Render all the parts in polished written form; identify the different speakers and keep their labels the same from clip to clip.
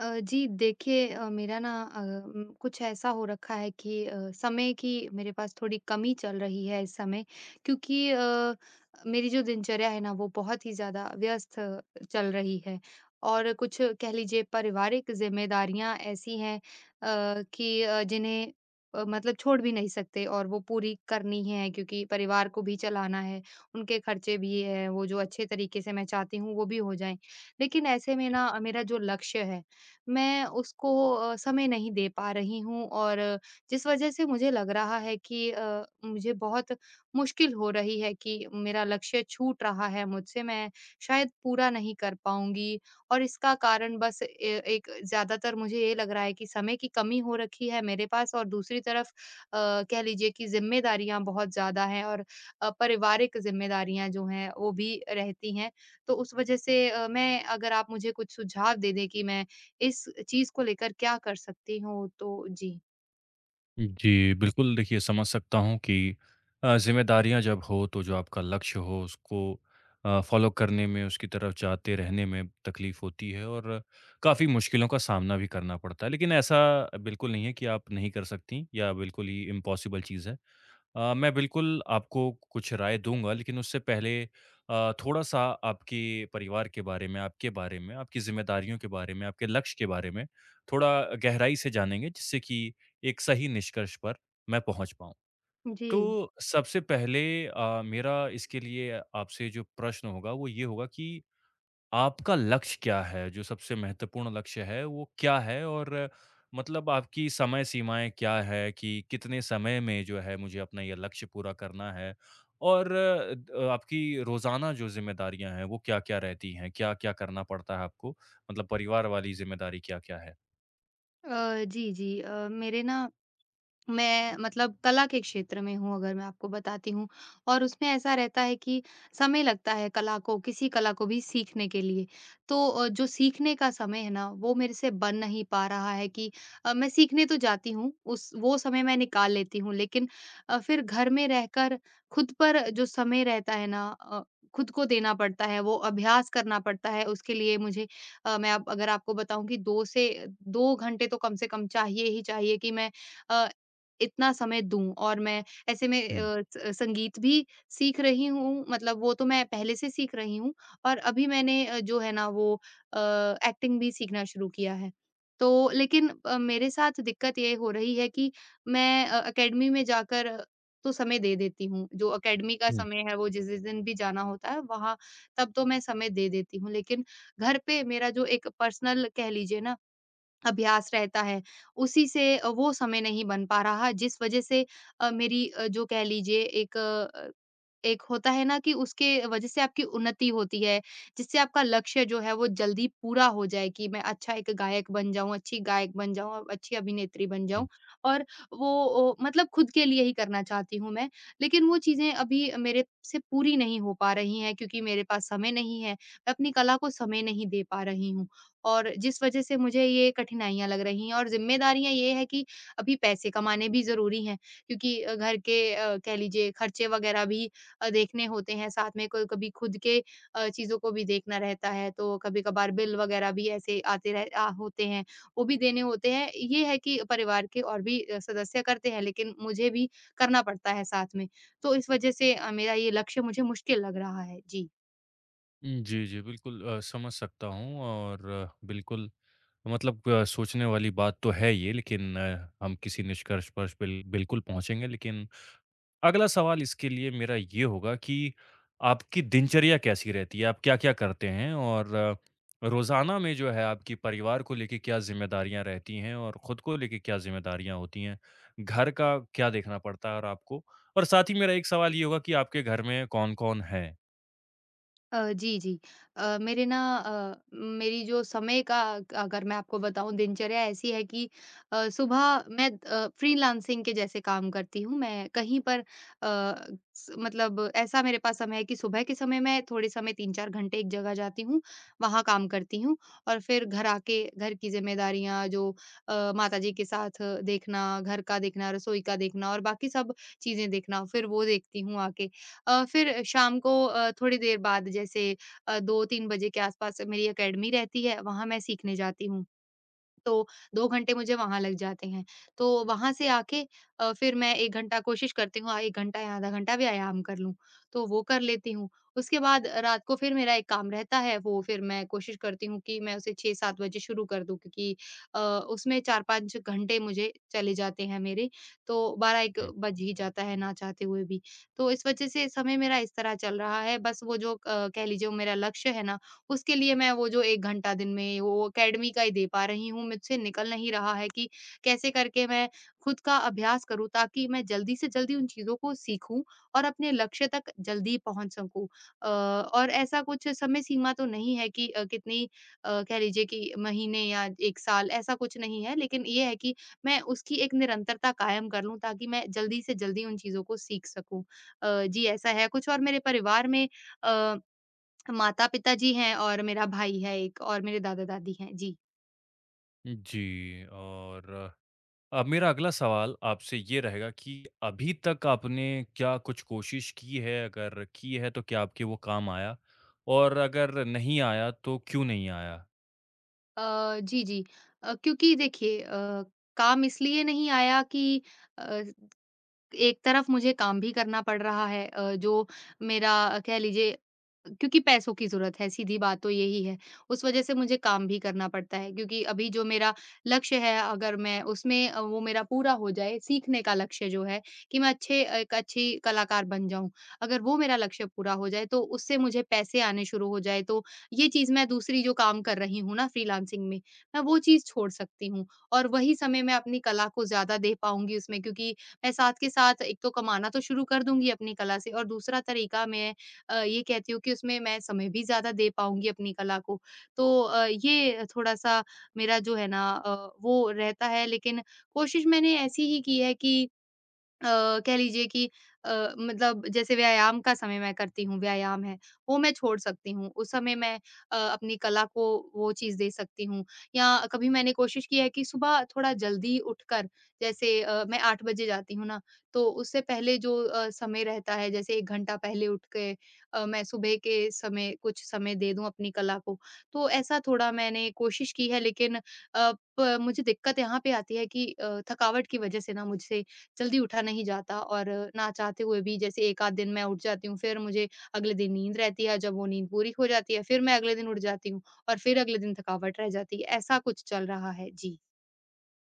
Speaker 1: जी देखिए, मेरा ना कुछ ऐसा हो रखा है कि समय की मेरे पास थोड़ी कमी चल रही है इस समय क्योंकि मेरी जो दिनचर्या है ना वो बहुत ही ज़्यादा व्यस्त चल रही है। और कुछ कह लीजिए पारिवारिक ज़िम्मेदारियाँ ऐसी हैं कि जिन्हें मतलब छोड़ भी नहीं सकते और वो पूरी करनी है क्योंकि परिवार को भी चलाना है, उनके खर्चे भी हैं, वो जो अच्छे तरीके से मैं चाहती हूँ वो भी हो जाएँ। लेकिन ऐसे में ना मेरा जो लक्ष्य है मैं उसको समय नहीं दे पा रही हूँ और जिस वजह से मुझे लग रहा है कि मुझे बहुत मुश्किल हो रही है कि मेरा लक्ष्य छूट रहा है मुझसे, मैं शायद पूरा नहीं कर पाऊंगी। और इसका कारण बस एक ज्यादातर मुझे ये लग रहा है कि समय की कमी हो रखी है मेरे पास और दूसरी तरफ अ, कह लीजिए कि जिम्मेदारियां बहुत ज्यादा हैं और पारिवारिक जिम्मेदारियां जो हैं वो भी रहती हैं। तो उस वजह से मैं, अगर आप मुझे कुछ सुझाव दे दें कि मैं इस चीज़ को लेकर क्या कर सकती हूँ? तो जी।
Speaker 2: जी, बिल्कुल। देखिए, समझ सकता हूँ कि ज़िम्मेदारियाँ जब हो तो जो आपका लक्ष्य हो, उसको फ़ॉलो करने में, उसकी तरफ जाते रहने में तकलीफ़ होती है और काफ़ी मुश्किलों का सामना भी करना पड़ता है। लेकिन ऐसा बिल्कुल नहीं है कि आप नहीं कर सकतीं या बिल्कुल ही इम्पॉसिबल चीज़ है। मैं बिल्कुल आपको कुछ राय दूँगा, लेकिन उससे पहले थोड़ा-सा आपके परिवार के बारे में, आपके बारे में, आपकी ज़िम्मेदारियों के बारे में, आपके लक्ष्य के बारे में थोड़ा गहराई से जानेंगे, जिससे कि एक सही निष्कर्ष पर मैं पहुँच पाऊँ।
Speaker 1: जी।
Speaker 2: तो सबसे पहले मेरा इसके लिए आपसे जो प्रश्न होगा, वो ये होगा कि आपका लक्ष्य क्या है? जो सबसे महत्वपूर्ण लक्ष्य है, वो क्या है? और मतलब आपकी समय सीमाएँ क्या है कि कितने समय में जो है मुझे अपना ये लक्ष्य पूरा करना है? और द आपकी रोज़ाना जो ज़िम्मेदारियाँ हैं, वो क्या-क्या रहती हैं? क्या-क्या करना पड़ता है आपको? मतलब परिवार वाली ज़िम्मेदारी क्या-क्या है?
Speaker 1: जी, जी। मेरे ना मैं मतलब कला के क्षेत्र में हूँ, अगर मैं आपको बताती हूँ। और उसमें ऐसा रहता है कि समय लगता है कला को, किसी कला को भी सीखने के लिए। तो जो सीखने का समय है ना वो मेरे से बन नहीं पा रहा है कि मैं सीखने तो जाती हूँ, उस वो समय मैं निकाल लेती हूँ, लेकिन फिर घर में रहकर खुद पर जो समय रहता है ना खुद को देना पड़ता है, वो अभ्यास करना पड़ता है उसके लिए मुझे। मैं, आप अगर आपको बताऊं कि 2 घंटे तो कम से कम चाहिए ही चाहिए कि मैं अ, इतना समय दूँ। और मैं ऐसे में
Speaker 2: हुँ,
Speaker 1: अ, स संगीत भी सीख रही हूँ, मतलब वो तो मैं पहले से सीख रही हूँ, और अभी मैंने जो है ना वो अ, एक्टिंग भी सीखना शुरू किया है। तो लेकिन मेरे साथ दिक्कत ये हो रही है कि मैं अकेडमी में जाकर तो समय दे देती हूँ, जो अकेडमी का
Speaker 2: हुँ,
Speaker 1: समय है वो जिस-जिस दिन भी जाना होता है वहाँ, तब तो मैं समय दे देती हूँ। लेकिन घर पे मेरा जो एक पर्सनल कह लीजिए ना अभ्यास रहता है, उसी से वो समय नहीं बन पा रहा, जिस वज़ह से मेरी जो कह लीजिए एक होता है ना कि उसके वज़ह से आपकी उन्नति होती है, जिससे आपका लक्ष्य जो है वो जल्दी पूरा हो जाए, कि मैं अच्छा एक गायक बन जाऊँ, अच्छी गायक बन जाऊँ और अच्छी अभिनेत्री बन जाऊँ।
Speaker 2: हुँ।
Speaker 1: और वो ओ मतलब खुद के लिए ही करना चाहती हूँ मैं। लेकिन वो चीज़ें अभी मेरे से पूरी नहीं हो पा रही हैं क्योंकि मेरे पास समय नहीं है, मैं अपनी कला को समय नहीं दे पा रही हूँ। और जिस वजह से मुझे ये कठिनाइयाँ लग रही हैं। और ज़िम्मेदारियाँ ये है कि अभी पैसे कमाने भी ज़रूरी हैं क्योंकि घर के कह लीजिए खर्चे वगैरह भी देखने होते हैं, साथ में कोई कभी खुद के चीज़ों को भी देखना रहता है, तो कभी-कभार बिल वगैरह भी ऐसे होते हैं, वो भी देने होते हैं। ये है कि परिवार के और भी सदस्य करते हैं, लेकिन मुझे भी करना पड़ता है साथ में। तो इस वजह से मेरा ये लक्ष्य मुझे मुश्किल लग रहा है। जी।
Speaker 2: जी, जी, बिल्कुल। समझ सकता हूँ और बिल्कुल, मतलब सोचने वाली बात तो है ये, लेकिन हम किसी निष्कर्ष पर बिल्कुल पहुँचेंगे, लेकिन अगला सवाल इसके लिए मेरा ये होगा कि आपकी दिनचर्या कैसी रहती है? आप क्या-क्या करते हैं? और रोज़ाना में जो है आपकी परिवार को लेके क्या ज़िम्मेदारियाँ रहती हैं और खुद को लेके क्या ज़िम्मेदारियाँ होती हैं? घर का क्या देखना पड़ता है और आपको? और साथ ही मेरा एक सवाल ये होगा कि आपके घर में कौन-कौन है?
Speaker 1: जी, जी। मेरे ना मेरी जो समय का, अगर मैं आपको बताऊँ, दिनचर्या ऐसी है कि सुबह मैं फ्रीलांसिंग के जैसे काम करती हूँ। मैं कहीं पर अ, स मतलब ऐसा मेरे पास समय है कि सुबह के समय मैं थोड़े समय 3-4 घंटे एक जगह जाती हूँ, वहाँ काम करती हूँ। और फिर घर आके घर की ज़िम्मेदारियाँ जो माताजी के साथ देखना, घर का देखना, रसोई का देखना और बाकी सब चीज़ें देखना, फिर वो देखती हूँ आके। फिर शाम को थोड़ी देर बाद जैसे 2-3 बजे के आसपास मेरी अकेडमी रहती है, वहाँ मैं सीखने जाती हूँ। तो 2 घंटे मुझे वहाँ लग जाते हैं। तो वहाँ से आके फिर मैं 1 घंटा कोशिश करती हूँ 1 घंटा या आधा घंटा व्यायाम कर लूँ, तो वो कर लेती हूँ। उसके बाद रात को फिर मेरा एक काम रहता है, वो फिर मैं कोशिश करती हूँ कि मैं उसे 6-7 बजे शुरू कर दूँ क्योंकि अ, उसमें 4-5 घंटे मुझे चले जाते हैं मेरे, तो 12-1
Speaker 2: हुँ।
Speaker 1: बज ही जाता है, ना चाहते हुए भी। तो इस वजह से समय मेरा इस तरह चल रहा है, बस वो जो कह लीजिए वो मेरा लक्ष्य है ना, उसके लिए मैं वो जो 1 घंटा दिन में वो अकेडमी का ही दे पा रही हूँ, मुझसे निकल नहीं रहा है कि कैसे करके मैं खुद का अभ्यास करूँ ताकि मैं जल्दी से जल्दी उन चीज़ों को सीखूँ और अपने लक्ष्य तक जल्दी पहुँच सकूँ। और ऐसा कुछ समय सीमा तो नहीं है कि कितनी कह लीजिए कि महीने या 1 साल, ऐसा कुछ नहीं है, लेकिन ये है कि मैं उसकी एक निरंतरता कायम कर लूँ ताकि मैं जल्दी से जल्दी उन चीज़ों को सीख सकूँ। जी ऐसा है कुछ। और मेरे परिवार में अ माता-पिता जी हैं और मेरा भाई है एक और मेरे दादा-दादी हैं। जी।
Speaker 2: जी। और अब मेरा अगला सवाल आपसे ये रहेगा कि अभी तक आपने क्या कुछ कोशिश की है? अगर की है तो क्या आपके वो काम आया? और अगर नहीं आया तो क्यों नहीं आया?
Speaker 1: जी, जी। क्योंकि देखिए काम इसलिए नहीं आया कि अ, एक तरफ मुझे काम भी करना पड़ रहा है, जो मेरा कह लीजिए, क्योंकि पैसों की ज़रूरत है, सीधी बात तो यही है। उस वज़ह से मुझे काम भी करना पड़ता है, क्योंकि अभी जो मेरा लक्ष्य है, अगर मैं उसमें वो मेरा पूरा हो जाए, सीखने का लक्ष्य जो है कि मैं अच्छे एक अच्छी कलाकार बन जाऊँ। अगर वो मेरा लक्ष्य पूरा हो जाए तो उससे मुझे पैसे आने शुरू हो जाए, तो ये चीज़ मैं दूसरी जो काम कर रही हूँ ना फ्रीलांसिंग में, मैं वो चीज़ छोड़ सकती हूँ और वही समय मैं अपनी कला को ज़्यादा दे पाऊँगी उसमें, क्योंकि मैं साथ के साथ एक तो कमाना तो शुरू कर दूँगी अपनी कला से, और दूसरा तरीका मैं ये कहती हूँ कि उसमें मैं समय भी ज़्यादा दे पाऊँगी अपनी कला को। तो ये थोड़ा-सा मेरा जो है ना वो रहता है, लेकिन कोशिश मैंने ऐसी ही की है कि कह लीजिए कि मतलब जैसे व्यायाम का समय मैं करती हूँ, व्यायाम है, वो मैं छोड़ सकती हूँ। उस समय मैं अपनी कला को वो चीज़ दे सकती हूँ। या कभी मैंने कोशिश की है कि सुबह थोड़ा जल्दी उठकर, जैसे मैं 8 बजे जाती हूँ ना, तो उससे पहले जो समय रहता है, जैसे 1 घंटा पहले उठ के मैं सुबह के समय कुछ समय दे दूँ अपनी कला को। तो ऐसा थोड़ा मैंने कोशिश की है, लेकिन अ, प मुझे दिक्कत यहाँ पे आती है कि थकावट की वज़ह से ना मुझसे जल्दी उठा नहीं जाता। और ना चाहते हुए भी जैसे एक आध दिन मैं उठ जाती हूँ, फिर मुझे अगले दिन नींद रहती है, जब वो नींद पूरी हो जाती है फिर मैं अगले दिन उठ जाती हूँ, और फिर अगले दिन थकावट रह जाती है। ऐसा कुछ चल रहा है जी।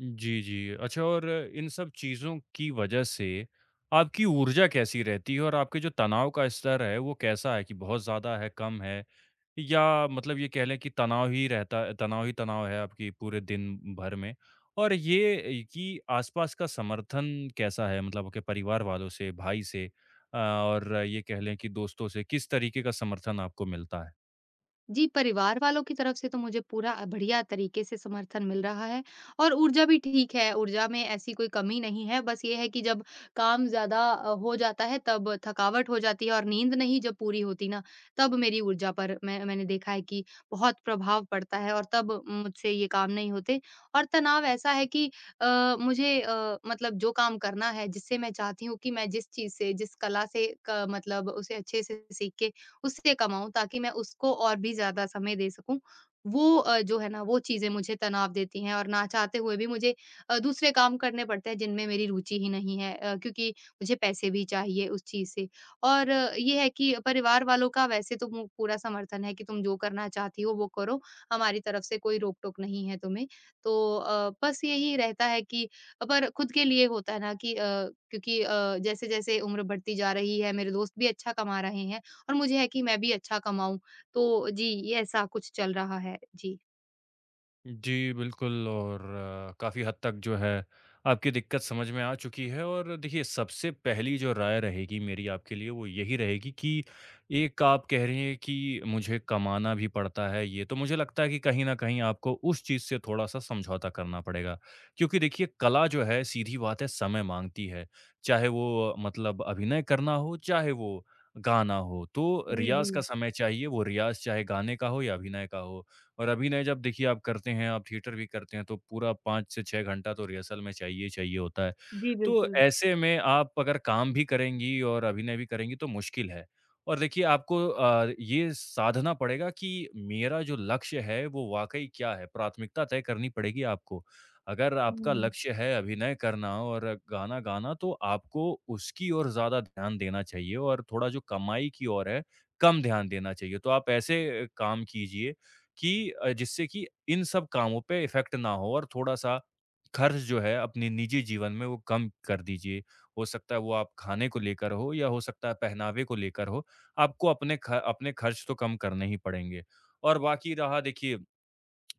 Speaker 2: जी, जी। अच्छा। और इन सब चीज़ों की वजह से आपकी ऊर्जा कैसी रहती है और आपके जो तनाव का स्तर है वो कैसा है कि बहुत ज़्यादा है, कम है? या मतलब ये कह लें कि तनाव ही तनाव है आपकी पूरे दिन भर में। और ये कि आस-पास का समर्थन कैसा है? मतलब आपके परिवार वालों से, भाई से, और ये कह लें कि दोस्तों से, किस तरीके का समर्थन आपको मिलता है?
Speaker 1: जी, परिवार वालों की तरफ से तो मुझे पूरा बढ़िया तरीके से समर्थन मिल रहा है। और ऊर्जा भी ठीक है, ऊर्जा में ऐसी कोई कमी नहीं है। बस ये है कि जब काम ज़्यादा हो जाता है तब थकावट हो जाती है और नींद नहीं जब पूरी होती ना, तब मेरी ऊर्जा पर, मैंने देखा है कि बहुत प्रभाव पड़ता है और तब मुझसे ये काम नहीं होते। और तनाव ऐसा है कि मुझे मतलब जो काम करना है, जिससे मैं चाहती हूँ कि मैं जिस चीज़ से, जिस कला से क मतलब उसे अच्छे से सीख के उससे कमाऊँ, ताकि मैं उसको और भी ज़्यादा समय दे सकूँ। वो जो है ना वो चीज़ें मुझे तनाव देती हैं, और ना चाहते हुए भी मुझे दूसरे काम करने पड़ते हैं जिनमें मेरी रुचि ही नहीं है, क्योंकि मुझे पैसे भी चाहिए उस चीज़ से। और ये है कि परिवार वालों का वैसे तो मु पूरा समर्थन है कि तुम जो करना चाहती हो वो करो, हमारी तरफ से कोई रोक-टोक नहीं है तुम्हें। तो बस यही रहता है कि पर खुद के लिए होता है ना कि क्योंकि जैसे-जैसे उम्र बढ़ती जा रही है, मेरे दोस्त भी अच्छा कमा रहे हैं। और मुझे है कि मैं भी अच्छा कमाऊँ। तो जी, ये ऐसा कुछ चल रहा है। जी।
Speaker 2: जी, बिल्कुल। और काफ़ी हद तक जो है आपकी दिक्कत समझ में आ चुकी है। और देखिए, सबसे पहली जो राय रहेगी मेरी आपके लिए, वो यही रहेगी कि एक आप कह रही हैं कि मुझे कमाना भी पड़ता है, ये तो मुझे लगता है कि कहीं न कहीं आपको उस चीज़ से थोड़ा-सा समझौता करना पड़ेगा। क्योंकि देखिए, कला जो है सीधी बात है, समय माँगती है। चाहे वो मतलब अभिनय करना हो, चाहे वो गाना हो, तो
Speaker 1: जी, जी।
Speaker 2: रियाज़ का समय चाहिए, वो रियाज़ चाहे गाने का हो या अभिनय का हो। और अभिनय जब देखिए आप करते हैं, आप थिएटर भी करते हैं, तो पूरा 5 से 6 घंटा तो रिहर्सल में चाहिए ही चाहिए होता है।
Speaker 1: जी,
Speaker 2: तो
Speaker 1: बिल्कुल।
Speaker 2: ऐसे में आप अगर काम भी करेंगी और अभिनय भी करेंगी तो मुश्किल है। और देखिए, आपको ये साधना पड़ेगा कि मेरा जो लक्ष्य है वो वाक़ई क्या है? प्राथमिकता तय करनी पड़ेगी आपको। अगर आपका
Speaker 1: हुँ।
Speaker 2: लक्ष्य है अभिनय करना और गाना गाना, तो आपको उसकी ओर ज़्यादा ध्यान देना चाहिए और थोड़ा जो कमाई की ओर है, कम ध्यान देना चाहिए। तो आप ऐसे काम कीजिए कि जिससे कि इन सब कामों पे इफ़ेक्ट ना हो और थोड़ा-सा खर्च जो है अपने निजी जीवन में वो कम कर दीजिए। हो सकता है वो आप खाने को लेकर हो या हो सकता है पहनावे को लेकर हो, आपको अपने ख अपने खर्च तो कम करने ही पड़ेंगे। और बाकी रहा देखिए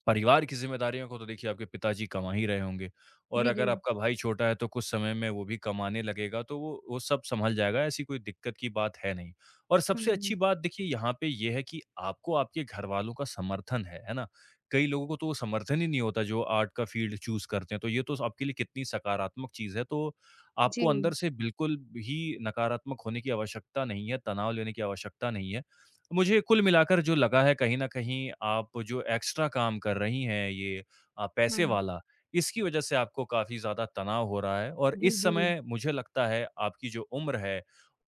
Speaker 2: परिवार की ज़िम्मेदारियों को, तो देखिए आपके पिताजी कमा ही रहे होंगे और
Speaker 1: जी, जी।
Speaker 2: अगर आपका भाई छोटा है तो कुछ समय में वो भी कमाने लगेगा, तो वो सब सँभल जाएगा, ऐसी कोई दिक्कत की बात है नहीं। और सबसे
Speaker 1: हुँ।
Speaker 2: अच्छी बात देखिए यहाँ पे ये है कि आपको आपके घरवालों का समर्थन है ना? कई लोगों को तो वो समर्थन ही नहीं होता जो आर्ट का फ़ील्ड चूज़ करते हैं, तो ये तो आपके लिए कितनी सकारात्मक चीज़ है। तो
Speaker 1: जी।
Speaker 2: आपको अंदर से बिल्कुल भी नकारात्मक होने की आवश्यकता नहीं है, तनाव लेने की आवश्यकता नहीं है। मुझे कुल मिलाकर जो लगा है, कहीं न कहीं आप जो एक्स्ट्रा काम कर रही हैं, ये
Speaker 1: हुँ।
Speaker 2: पैसे वाला, इसकी वज़ह से आपको काफ़ी ज़्यादा तनाव हो रहा है और
Speaker 1: जी,
Speaker 2: इस
Speaker 1: जी।
Speaker 2: समय मुझे लगता है आपकी जो उम्र है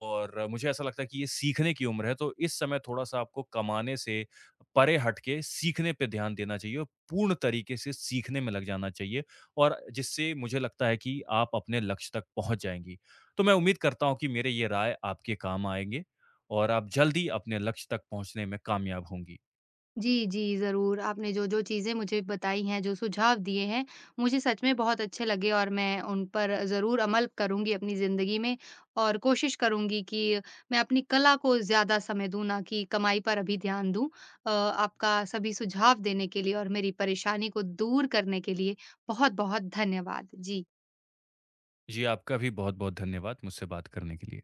Speaker 2: और मुझे ऐसा लगता है कि ये सीखने की उम्र है, तो इस समय थोड़ा-सा आपको कमाने से परे हट के सीखने पे ध्यान देना चाहिए और पूर्ण तरीके से सीखने में लग जाना चाहिए और जिससे मुझे लगता है कि आप अपने लक्ष्य तक पहुँच जाएँगी। तो मैं उम्मीद करता हूँ कि मेरे ये राय आपके काम आएँगे। और आप जल्द ही अपने लक्ष्य तक पहुँचने में कामयाब होंगी।
Speaker 1: जी, जी, ज़रूर। आपने जो-जो चीज़ें मुझे बताई हैं, जो सुझाव दिए हैं, मुझे सच में बहुत अच्छे लगे और मैं उन पर ज़रूर अमल करूँगी अपनी ज़िंदगी में, और कोशिश करूँगी कि मैं अपनी कला को ज़्यादा समय दूँ, ना कि कमाई पर अभी ध्यान दूँ। आपका सभी सुझाव देने के लिए और मेरी परेशानी को दूर करने के लिए बहुत-बहुत धन्यवाद। जी।
Speaker 2: जी, आपका भी बहुत-बहुत धन्यवाद मुझसे बात करने के लिए।